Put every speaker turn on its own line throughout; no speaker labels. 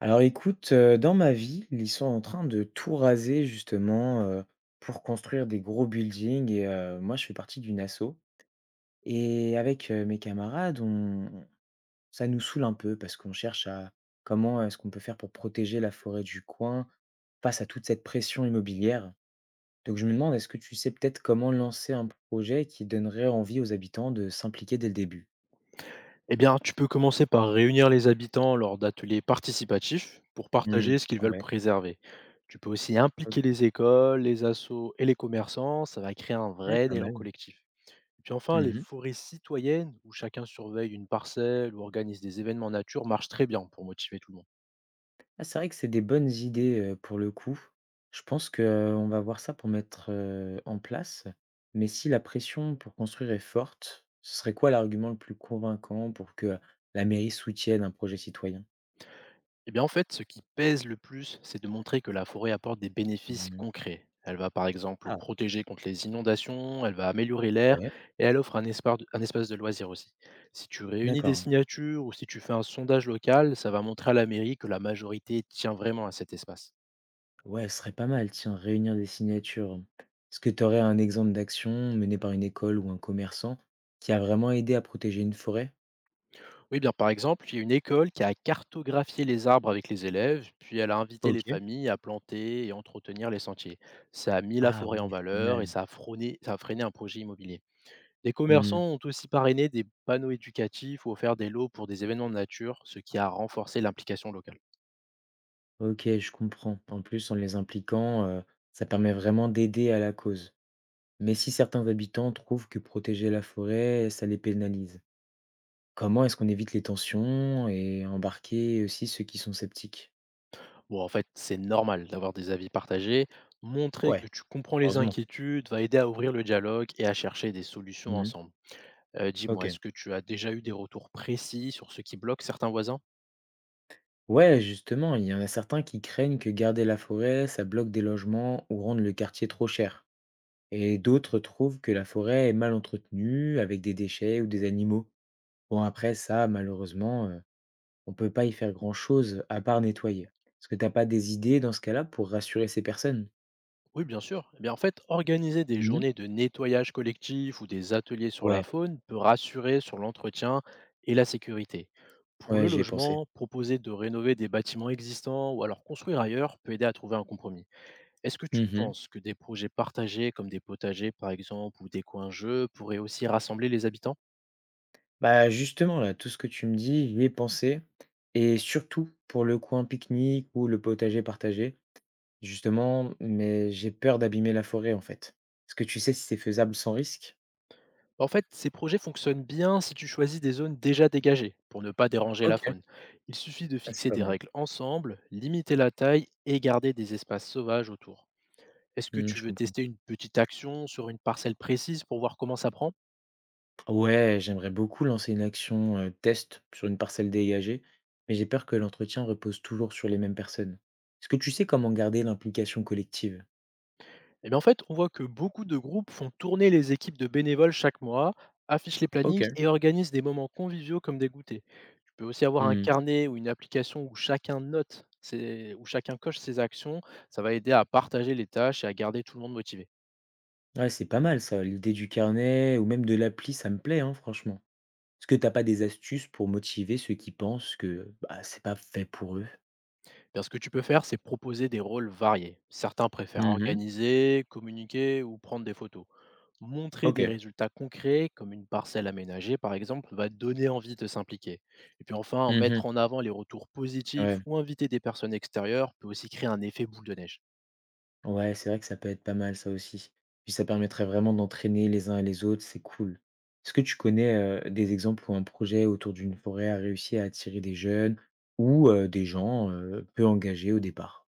Alors écoute, dans ma ville, ils sont en train de tout raser justement, pour construire des gros buildings et moi je fais partie d'une asso et avec, mes camarades, ça nous saoule un peu parce qu'on cherche à comment est-ce qu'on peut faire pour protéger la forêt du coin face à toute cette pression immobilière? Donc je me demande, est-ce que tu sais peut-être comment lancer un projet qui donnerait envie aux habitants de s'impliquer dès le début?
Eh bien, tu peux commencer par réunir les habitants lors d'ateliers participatifs pour
Mmh,
partager ce qu'ils veulent
ouais,
préserver. Tu peux aussi impliquer
OK,
les écoles, les assos et les commerçants, ça va créer un
ouais,
vrai
pas
élan
mal.
collectif. Et puis enfin, les
Mmh.
forêts citoyennes, où chacun surveille une parcelle ou organise des événements nature, marchent très bien pour motiver tout le monde.
Ah, c'est vrai que c'est des bonnes idées, pour le coup. Je pense que on va voir ça pour mettre, en place. Mais si la pression pour construire est forte, ce serait quoi l'argument le plus convaincant pour que la mairie soutienne un projet citoyen?
Eh bien, en fait, ce qui pèse le plus, c'est de montrer que la forêt apporte des bénéfices
Mmh.
concrets. Elle va par exemple
Ah,
protéger contre les inondations, elle va améliorer l'air
ouais.
et elle offre un espace de loisirs aussi. Si tu réunis des
D'accord.
signatures ou si tu fais un sondage local, ça va montrer à la mairie que la majorité tient vraiment à cet espace.
Ouais, ce serait pas mal, tiens, réunir des signatures. Est-ce que tu aurais un exemple d'action menée par une école ou un commerçant qui a vraiment aidé à protéger une forêt?
Oui, bien par exemple, il y a une école qui a cartographié les arbres avec les élèves, puis elle a invité les
OK.
familles à planter et entretenir les sentiers. Ça a mis la
Ah
forêt en
oui, c'est pas
valeur
mal.
et ça a freiné un projet immobilier. Les
Mmh.
commerçants ont aussi parrainé des panneaux éducatifs ou offert des lots pour des événements de nature, ce qui a renforcé l'implication locale.
OK, je comprends. En plus, en les impliquant, ça permet vraiment d'aider à la cause. Mais si certains habitants trouvent que protéger la forêt, ça les pénalise, comment est-ce qu'on évite les tensions et embarquer aussi ceux qui sont sceptiques?
Bon, en fait, c'est normal d'avoir des avis partagés. Montrer que
Ouais,
tu comprends les
heureusement.
inquiétudes va aider à ouvrir le dialogue et à chercher des solutions
Mmh.
ensemble. Dis-moi,
OK.
est-ce que tu as déjà eu des retours précis sur ce qui bloque certains voisins.
Ouais, justement, il y en a certains qui craignent que garder la forêt, ça bloque des logements ou rende le quartier trop cher. Et d'autres trouvent que la forêt est mal entretenue avec des déchets ou des animaux. Bon après ça, malheureusement, on peut pas y faire grand-chose à part nettoyer. Est-ce que tu as pas des idées dans ce cas-là pour rassurer ces personnes?
Oui, bien sûr. Eh bien, en fait, organiser des
Mmh.
journées de nettoyage collectif ou des ateliers sur la
Ouais,
faune peut rassurer sur l'entretien et la sécurité. Pour
ouais,
le
j'y ai pensé.
logement, proposer de rénover des bâtiments existants ou alors construire ailleurs peut aider à trouver un compromis. Est-ce que tu
Mmh.
penses que des projets partagés comme des potagers par exemple ou des coins-jeux pourraient aussi rassembler les habitants?
Bah, justement là, tout ce que tu me dis, j'y ai pensé et surtout pour le coin pique-nique ou le potager partagé, justement, mais j'ai peur d'abîmer la forêt en fait. Est-ce que tu sais si c'est faisable sans risque?
En fait, ces projets fonctionnent bien si tu choisis des zones déjà dégagées pour ne pas déranger
OK,
la faune. Il suffit de
ah, c'est
fixer
pas
des
mal.
règles ensemble, limiter la taille et garder des espaces sauvages autour. Est-ce que
Mmh,
tu
je
veux
comprends.
tester une petite action sur une parcelle précise pour voir comment ça prend?
Ouais, j'aimerais beaucoup lancer une action test sur une parcelle dégagée, mais j'ai peur que l'entretien repose toujours sur les mêmes personnes. Est-ce que tu sais comment garder l'implication collective?
Eh bien, en fait, on voit que beaucoup de groupes font tourner les équipes de bénévoles chaque mois, affichent les
Ok.
plannings et organisent des moments conviviaux comme des goûters. Tu peux aussi avoir un
Hmm.
carnet ou une application où où chacun coche ses actions. Ça va aider à partager les tâches et à garder tout le monde motivé.
Ouais, c'est pas mal ça, l'idée du carnet ou même de l'appli, ça me plaît, hein, franchement. Est-ce que t'as pas des astuces pour motiver ceux qui pensent que bah, c'est pas fait pour eux?
Eh Bien, ce que tu peux faire, c'est proposer des rôles variés. Certains préfèrent
Mhm.
organiser, communiquer ou prendre des photos. Montrer
Ok.
des résultats concrets, comme une parcelle aménagée par exemple, va donner envie de s'impliquer. Et puis enfin,
Mhm.
mettre en avant les retours
Ouais.
positifs ou inviter des personnes extérieures peut aussi créer un effet boule de neige.
Ouais, c'est vrai que ça peut être pas mal ça aussi. Puis ça permettrait vraiment d'entraîner les uns et les autres, c'est cool. Est-ce que tu connais des exemples où un projet autour d'une forêt a réussi à attirer des jeunes ou des gens peu engagés au départ?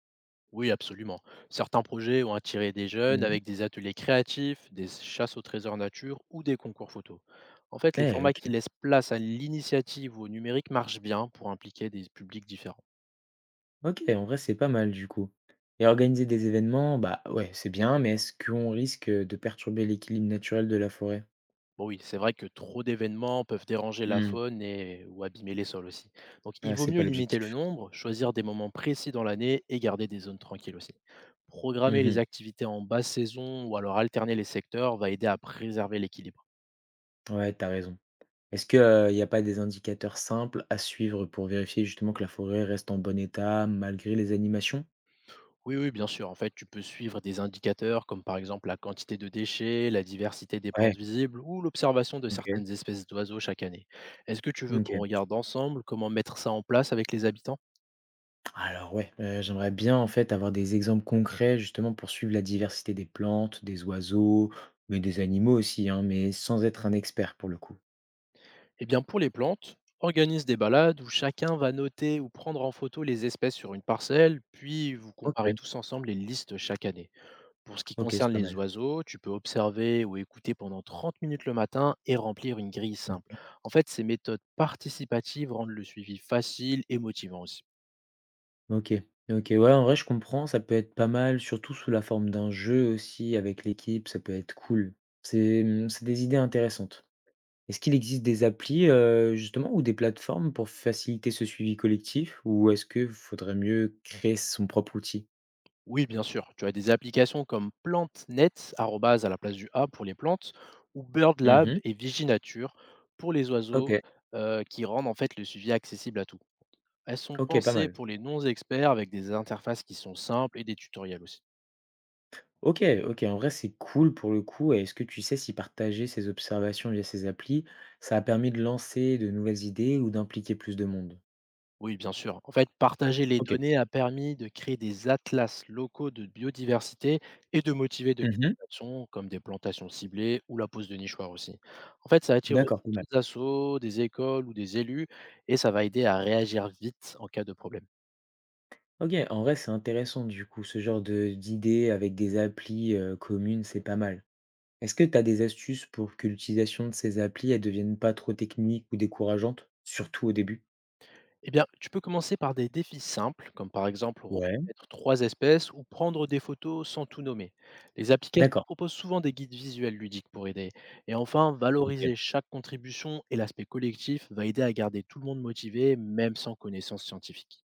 Oui, absolument. Certains projets ont attiré des jeunes
Mhm.
avec des ateliers créatifs, des chasses au trésor nature ou des concours photo. En fait, les
Eh,
formats qui
ok.
laissent place à l'initiative ou au numérique marchent bien pour impliquer des publics différents.
Ok, en vrai, c'est pas mal du coup. Et organiser des événements, bah ouais, c'est bien, mais est-ce qu'on risque de perturber l'équilibre naturel de la forêt?
Bon oui, c'est vrai que trop d'événements peuvent déranger la
Mhm.
faune et ou abîmer les sols aussi. Donc il
Ouais,
vaut
c'est pas
mieux limiter le
l'objectif.
nombre, choisir des moments précis dans l'année et garder des zones tranquilles aussi. Programmer les
Mhm.
activités en basse saison ou alors alterner les secteurs va aider à préserver l'équilibre.
Ouais, t'as raison. Est-ce qu'il n'y a pas des indicateurs simples à suivre pour vérifier justement que la forêt reste en bon état malgré les animations?
Oui, oui, bien sûr. En fait, tu peux suivre des indicateurs comme par exemple la quantité de déchets, la diversité des
Ouais,
plantes visibles ou l'observation de
OK,
certaines espèces d'oiseaux chaque année. Est-ce que tu veux qu'on
OK.
regarde ensemble comment mettre ça en place avec les habitants?
Alors ouais, j'aimerais bien en fait avoir des exemples concrets justement pour suivre la diversité des plantes, des oiseaux, mais des animaux aussi, hein, mais sans être un expert pour le coup.
Eh bien, pour les plantes, organise des balades où chacun va noter ou prendre en photo les espèces sur une parcelle, puis vous comparez
OK,
tous ensemble les listes chaque année. Pour ce qui
OK, c'est
concerne
pas
les
mal.
oiseaux, tu peux observer ou écouter pendant 30 minutes le matin et remplir une grille
Mmh.
simple. En fait, ces méthodes participatives rendent le suivi facile et motivant aussi.
OK, OK, ouais, en vrai je comprends, ça peut être pas mal, surtout sous la forme d'un jeu aussi avec l'équipe, ça peut être cool. C'est, mmh, c'est des idées intéressantes. Est-ce qu'il existe des applis, justement ou des plateformes pour faciliter ce suivi collectif? Ou est-ce que faudrait mieux créer son propre outil?
Oui, bien sûr. Tu as des applications comme PlantNet arrobase à la place du A pour les plantes, ou BirdLab
Mmh.
et Viginature pour les oiseaux,
OK,
qui rendent en fait le suivi accessible à tout. Elles sont
OK, pas
pensées
mal.
pour les non-experts avec des interfaces qui sont simples et des tutoriels aussi.
OK, OK, en vrai, c'est cool pour le coup et est-ce que tu sais si partager ses observations via ces applis, ça a permis de lancer de nouvelles idées ou d'impliquer plus de monde?
Oui, bien sûr. En fait, partager les
OK.
données a permis de créer des atlas locaux de biodiversité et de motiver de
Mmh.
nouvelles actions comme des plantations ciblées ou la pose de nichoirs aussi. En fait, ça attire
D'accord,
aussi
pas mal.
d'autres assos, des écoles ou des élus et ça va aider à réagir vite en cas de problème.
OK, en vrai, c'est intéressant du coup, ce genre de d'idées avec des applis, communes, c'est pas mal. Est-ce que tu as des astuces pour que l'utilisation de ces applis, elle devienne pas trop technique ou décourageante, surtout au début?
Eh bien, tu peux commencer par des défis simples, comme par exemple
Ouais,
reconnaître trois espèces ou prendre des photos sans tout nommer. Les applications
d'accord.
proposent souvent des guides visuels ludiques pour aider. Et enfin,
OK.
valoriser chaque contribution et l'aspect collectif va aider à garder tout le monde motivé, même sans connaissances scientifiques.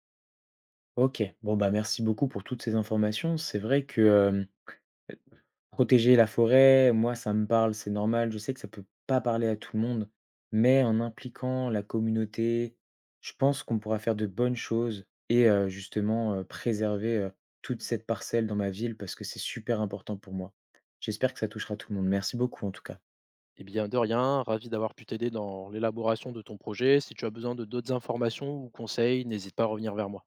OK. Bon, bah, merci beaucoup pour toutes ces informations. C'est vrai que, hem, protéger la forêt, moi, ça me parle, c'est normal. Je sais que ça peut pas parler à tout le monde, mais en impliquant la communauté, je pense qu'on pourra faire de bonnes choses et justement, préserver, toute cette parcelle dans ma ville parce que c'est super important pour moi. J'espère que ça touchera tout le monde. Merci beaucoup, en tout cas.
Eh bien, de rien, ravi d'avoir pu t'aider dans l'élaboration de ton projet. Si tu as besoin de d'autres informations ou conseils, n'hésite pas à revenir vers moi.